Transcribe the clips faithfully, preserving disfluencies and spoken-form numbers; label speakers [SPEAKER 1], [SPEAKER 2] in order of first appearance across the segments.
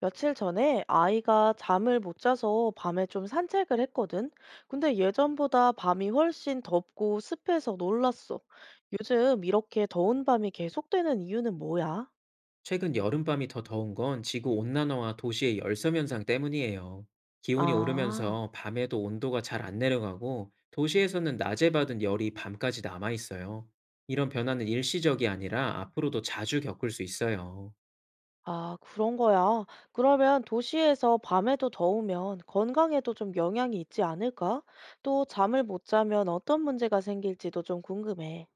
[SPEAKER 1] 며칠 전에 아이가 잠을 못 자서 밤에 좀 산책을 했거든. 근데 예전보다 밤이 훨씬 덥고 습해서 놀랐어. 요즘 이렇게 더운 밤이 계속되는 이유는 뭐야?
[SPEAKER 2] 최근 여름밤이 더 더운 건 지구 온난화와 도시의 열섬 현상 때문이에요. 기온이
[SPEAKER 1] 아,
[SPEAKER 2] 오르면서 밤에도 온도가 잘 안 내려가고 도시에서는 낮에 받은 열이 밤까지 남아 있어요. 이런 변화는 일시적이 아니라 앞으로도 자주 겪을 수 있어요.
[SPEAKER 1] 아, 그런 거야. 그러면 도시에서 밤에도 더우면 건강에도 좀 영향이 있지 않을까? 또 잠을 못 자면 어떤 문제가 생길지도 좀 궁금해.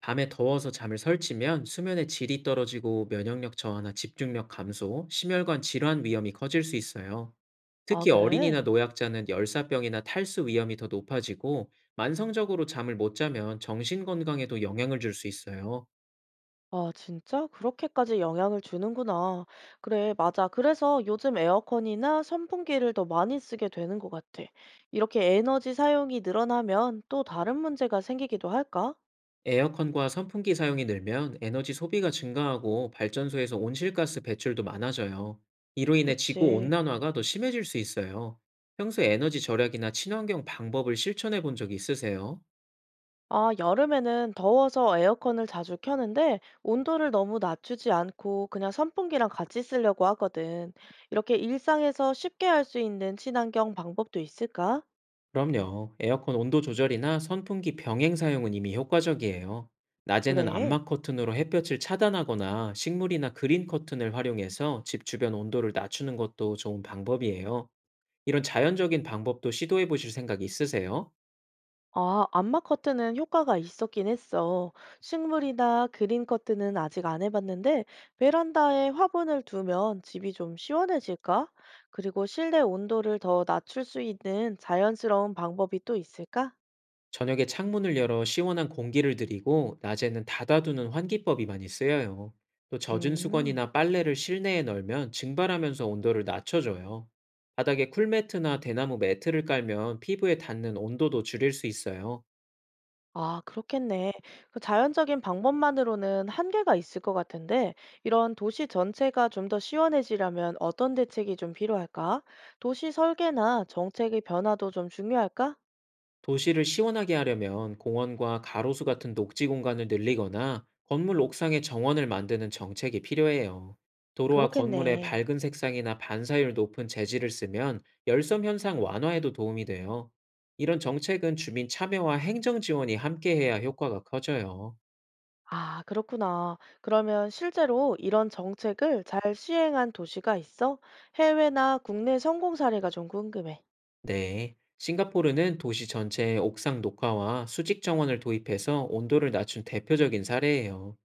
[SPEAKER 2] 밤에 더워서 잠을 설치면 수면의 질이 떨어지고 면역력 저하나 집중력 감소, 심혈관 질환 위험이 커질 수 있어요.
[SPEAKER 1] 아,
[SPEAKER 2] 특히
[SPEAKER 1] 그래?
[SPEAKER 2] 어린이나 노약자는 열사병이나 탈수 위험이 더 높아지고 만성적으로 잠을 못 자면 정신 건강에도 영향을 줄 수 있어요.
[SPEAKER 1] 아, 진짜? 그렇게까지 영향을 주는구나. 그래, 맞아. 그래서 요즘 에어컨이나 선풍기를 더 많이 쓰게 되는 것 같아. 이렇게 에너지 사용이 늘어나면 또 다른 문제가 생기기도 할까?
[SPEAKER 2] 에어컨과 선풍기 사용이 늘면 에너지 소비가 증가하고 발전소에서 온실가스 배출도 많아져요. 이로 인해 지구
[SPEAKER 1] 그치.
[SPEAKER 2] 온난화가 더 심해질 수 있어요. 평소 에너지 절약이나 친환경 방법을 실천해 본 적이 있으세요?
[SPEAKER 1] 아, 여름에는 더워서 에어컨을 자주 켜는데 온도를 너무 낮추지 않고 그냥 선풍기랑 같이 쓰려고 하거든. 이렇게 일상에서 쉽게 할 수 있는 친환경 방법도 있을까?
[SPEAKER 2] 그럼요. 에어컨 온도 조절이나 선풍기 병행 사용은 이미 효과적이에요. 낮에는
[SPEAKER 1] 그래.
[SPEAKER 2] 암막 커튼으로 햇볕을 차단하거나 식물이나 그린 커튼을 활용해서 집 주변 온도를 낮추는 것도 좋은 방법이에요. 이런 자연적인 방법도 시도해 보실 생각 있으세요?
[SPEAKER 1] 아, 암막 커트는 효과가 있었긴 했어. 식물이나 그린 커트는 아직 안 해봤는데, 베란다에 화분을 두면 집이 좀 시원해질까? 그리고 실내 온도를 더 낮출 수 있는 자연스러운 방법이 또 있을까?
[SPEAKER 2] 저녁에 창문을 열어 시원한 공기를 들이고 낮에는 닫아두는 환기법이 많이 쓰여요. 또 젖은
[SPEAKER 1] 음,
[SPEAKER 2] 수건이나 빨래를 실내에 널면 증발하면서 온도를 낮춰줘요. 바닥에 쿨매트나 대나무 매트를 깔면 피부에 닿는 온도도 줄일 수 있어요.
[SPEAKER 1] 아, 그렇겠네. 그 자연적인 방법만으로는 한계가 있을 것 같은데, 이런 도시 전체가 좀 더 시원해지려면 어떤 대책이 좀 필요할까? 도시 설계나 정책의 변화도 좀 중요할까?
[SPEAKER 2] 도시를 시원하게 하려면 공원과 가로수 같은 녹지 공간을 늘리거나 건물 옥상에 정원을 만드는 정책이 필요해요. 도로와 건물의
[SPEAKER 1] 그렇겠네.
[SPEAKER 2] 밝은 색상이나 반사율 높은 재질을 쓰면 열섬 현상 완화에도 도움이 돼요. 이런 정책은 주민 참여와 행정 지원이 함께해야 효과가 커져요.
[SPEAKER 1] 아, 그렇구나. 그러면 실제로 이런 정책을 잘 시행한 도시가 있어? 해외나 국내 성공 사례가 좀 궁금해.
[SPEAKER 2] 네, 싱가포르는 도시 전체에 옥상 녹화와 수직 정원을 도입해서 온도를 낮춘 대표적인 사례예요.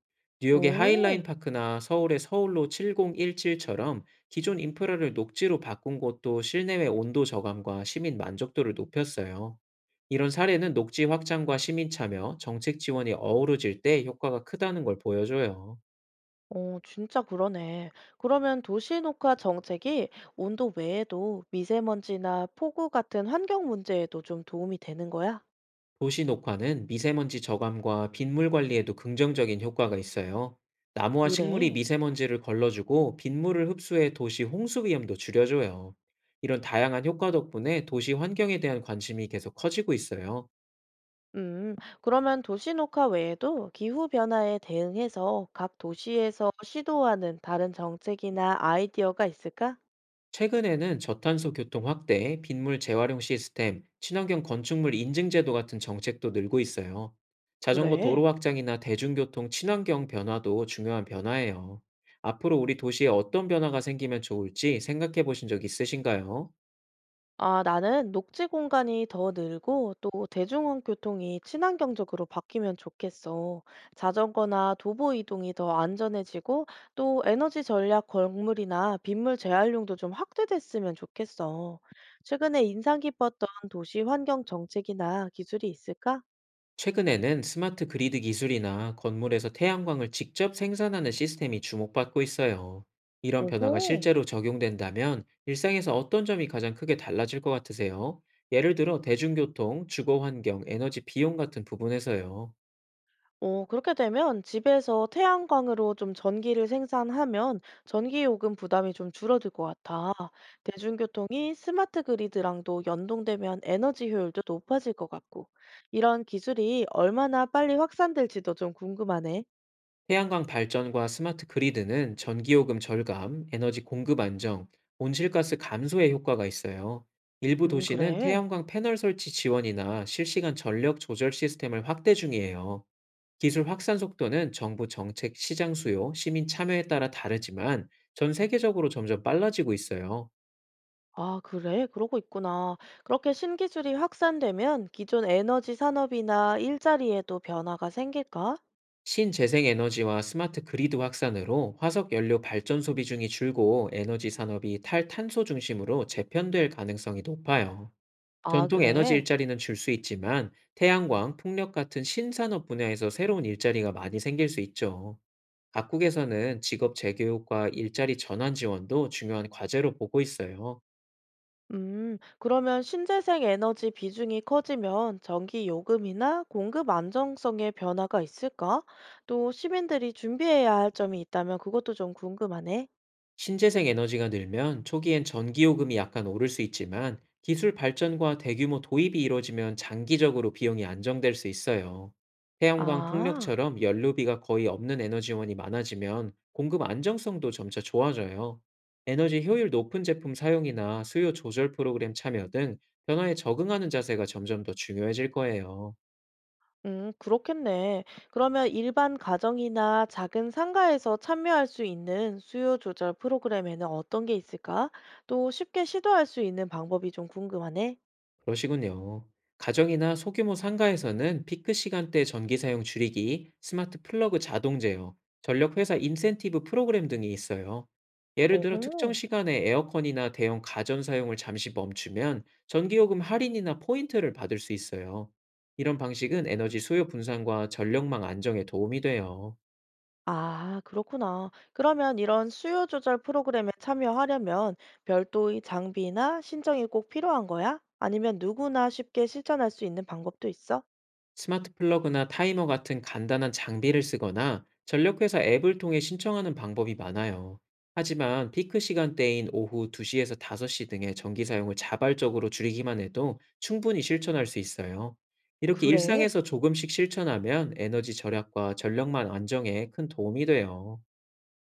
[SPEAKER 2] 뉴욕의 하일라인
[SPEAKER 1] 오,
[SPEAKER 2] 파크나 서울의 서울로 칠공일칠처럼 기존 인프라를 녹지로 바꾼 곳도 실내외 온도 저감과 시민 만족도를 높였어요. 이런 사례는 녹지 확장과 시민 참여, 정책 지원이 어우러질 때 효과가 크다는 걸 보여줘요.
[SPEAKER 1] 어, 진짜 그러네. 그러면 도시 녹화 정책이 온도 외에도 미세먼지나 폭우 같은 환경 문제에도 좀 도움이 되는 거야?
[SPEAKER 2] 도시 녹화는 미세먼지 저감과 빗물 관리에도 긍정적인 효과가 있어요. 나무와 식물이
[SPEAKER 1] 그래.
[SPEAKER 2] 미세먼지를 걸러주고 빗물을 흡수해 도시 홍수 위험도 줄여줘요. 이런 다양한 효과 덕분에 도시 환경에 대한 관심이 계속 커지고 있어요.
[SPEAKER 1] 음, 그러면 도시 녹화 외에도 기후 변화에 대응해서 각 도시에서 시도하는 다른 정책이나 아이디어가 있을까?
[SPEAKER 2] 최근에는 저탄소 교통 확대, 빗물 재활용 시스템, 친환경 건축물 인증 제도 같은 정책도 늘고 있어요. 자전거
[SPEAKER 1] 그래.
[SPEAKER 2] 도로 확장이나 대중교통 친환경 변화도 중요한 변화예요. 앞으로 우리 도시에 어떤 변화가 생기면 좋을지 생각해 보신 적 있으신가요?
[SPEAKER 1] 아, 나는 녹지 공간이 더 늘고 또 대중교통이 친환경적으로 바뀌면 좋겠어. 자전거나 도보 이동이 더 안전해지고 또 에너지 전략 건물이나 빗물 재활용도 좀 확대됐으면 좋겠어. 최근에 인상 깊었던 도시 환경 정책이나 기술이 있을까?
[SPEAKER 2] 최근에는 스마트 그리드 기술이나 건물에서 태양광을 직접 생산하는 시스템이 주목받고 있어요. 이런 변화가
[SPEAKER 1] 오호.
[SPEAKER 2] 실제로 적용된다면 일상에서 어떤 점이 가장 크게 달라질 것 같으세요? 예를 들어 대중교통, 주거 환경, 에너지 비용 같은 부분에서요.
[SPEAKER 1] 어, 그렇게 되면 집에서 태양광으로 좀 전기를 생산하면 전기요금 부담이 좀 줄어들 것 같아. 대중교통이 스마트 그리드랑도 연동되면 에너지 효율도 높아질 것 같고. 이런 기술이 얼마나 빨리 확산될지도 좀 궁금하네.
[SPEAKER 2] 태양광 발전과 스마트 그리드는 전기요금 절감, 에너지 공급 안정, 온실가스 감소에 효과가 있어요. 일부
[SPEAKER 1] 음,
[SPEAKER 2] 도시는
[SPEAKER 1] 그래.
[SPEAKER 2] 태양광 패널 설치 지원이나 실시간 전력 조절 시스템을 확대 중이에요. 기술 확산 속도는 정부 정책, 시장 수요, 시민 참여에 따라 다르지만 전 세계적으로 점점 빨라지고 있어요.
[SPEAKER 1] 아, 그래. 그러고 있구나. 그렇게 신기술이 확산되면 기존 에너지 산업이나 일자리에도 변화가 생길까?
[SPEAKER 2] 신재생 에너지와 스마트 그리드 확산으로 화석 연료 발전 소비 중이 줄고 에너지 산업이 탈탄소 중심으로 재편될 가능성이 높아요.
[SPEAKER 1] 아,
[SPEAKER 2] 전통 에너지
[SPEAKER 1] 그래.
[SPEAKER 2] 일자리는 줄 수 있지만 태양광, 풍력 같은 신산업 분야에서 새로운 일자리가 많이 생길 수 있죠. 각국에서는 직업 재교육과 일자리 전환 지원도 중요한 과제로 보고 있어요.
[SPEAKER 1] 음, 그러면 신재생 에너지 비중이 커지면 전기 요금이나 공급 안정성에 변화가 있을까? 또 시민들이 준비해야 할 점이 있다면 그것도 좀 궁금하네.
[SPEAKER 2] 신재생 에너지가 늘면 초기엔 전기요금이 약간 오를 수 있지만 기술 발전과 대규모 도입이 이뤄지면 장기적으로 비용이 안정될 수 있어요. 태양광
[SPEAKER 1] 아,
[SPEAKER 2] 풍력처럼 연료비가 거의 없는 에너지원이 많아지면 공급 안정성도 점차 좋아져요. 에너지 효율 높은 제품 사용이나 수요 조절 프로그램 참여 등 변화에 적응하는 자세가 점점 더 중요해질 거예요.
[SPEAKER 1] 음, 그렇겠네. 그러면 일반 가정이나 작은 상가에서 참여할 수 있는 수요 조절 프로그램에는 어떤 게 있을까? 또 쉽게 시도할 수 있는 방법이 좀 궁금하네.
[SPEAKER 2] 그러시군요. 가정이나 소규모 상가에서는 피크 시간대 전기 사용 줄이기, 스마트 플러그 자동 제어, 전력 회사 인센티브 프로그램 등이 있어요. 예를 들어 특정
[SPEAKER 1] 오호.
[SPEAKER 2] 시간에 에어컨이나 대형 가전 사용을 잠시 멈추면 전기요금 할인이나 포인트를 받을 수 있어요. 이런 방식은 에너지 소요 분산과 전력망 안정에 도움이 돼요.
[SPEAKER 1] 아, 그렇구나. 그러면 이런 수요 조절 프로그램에 참여하려면 별도의 장비나 신청이 꼭 필요한 거야? 아니면 누구나 쉽게 실천할 수 있는 방법도 있어?
[SPEAKER 2] 스마트 플러그나 타이머 같은 간단한 장비를 쓰거나 전력회사 앱을 통해 신청하는 방법이 많아요. 하지만 피크 시간대인 오후 두 시에서 다섯 시 등의 전기 사용을 자발적으로 줄이기만 해도 충분히 실천할 수 있어요. 이렇게
[SPEAKER 1] 그래.
[SPEAKER 2] 일상에서 조금씩 실천하면 에너지 절약과 전력만 안정에 큰 도움이 돼요.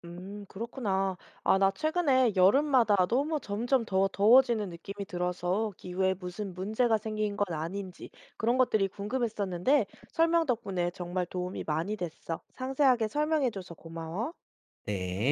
[SPEAKER 1] 음, 그렇구나. 아, 나 최근에 여름마다 너무 점점 더 더워지는 느낌이 들어서 기후에 무슨 문제가 생긴 건 아닌지 그런 것들이 궁금했었는데 설명 덕분에 정말 도움이 많이 됐어. 상세하게 설명해줘서 고마워.
[SPEAKER 2] 네.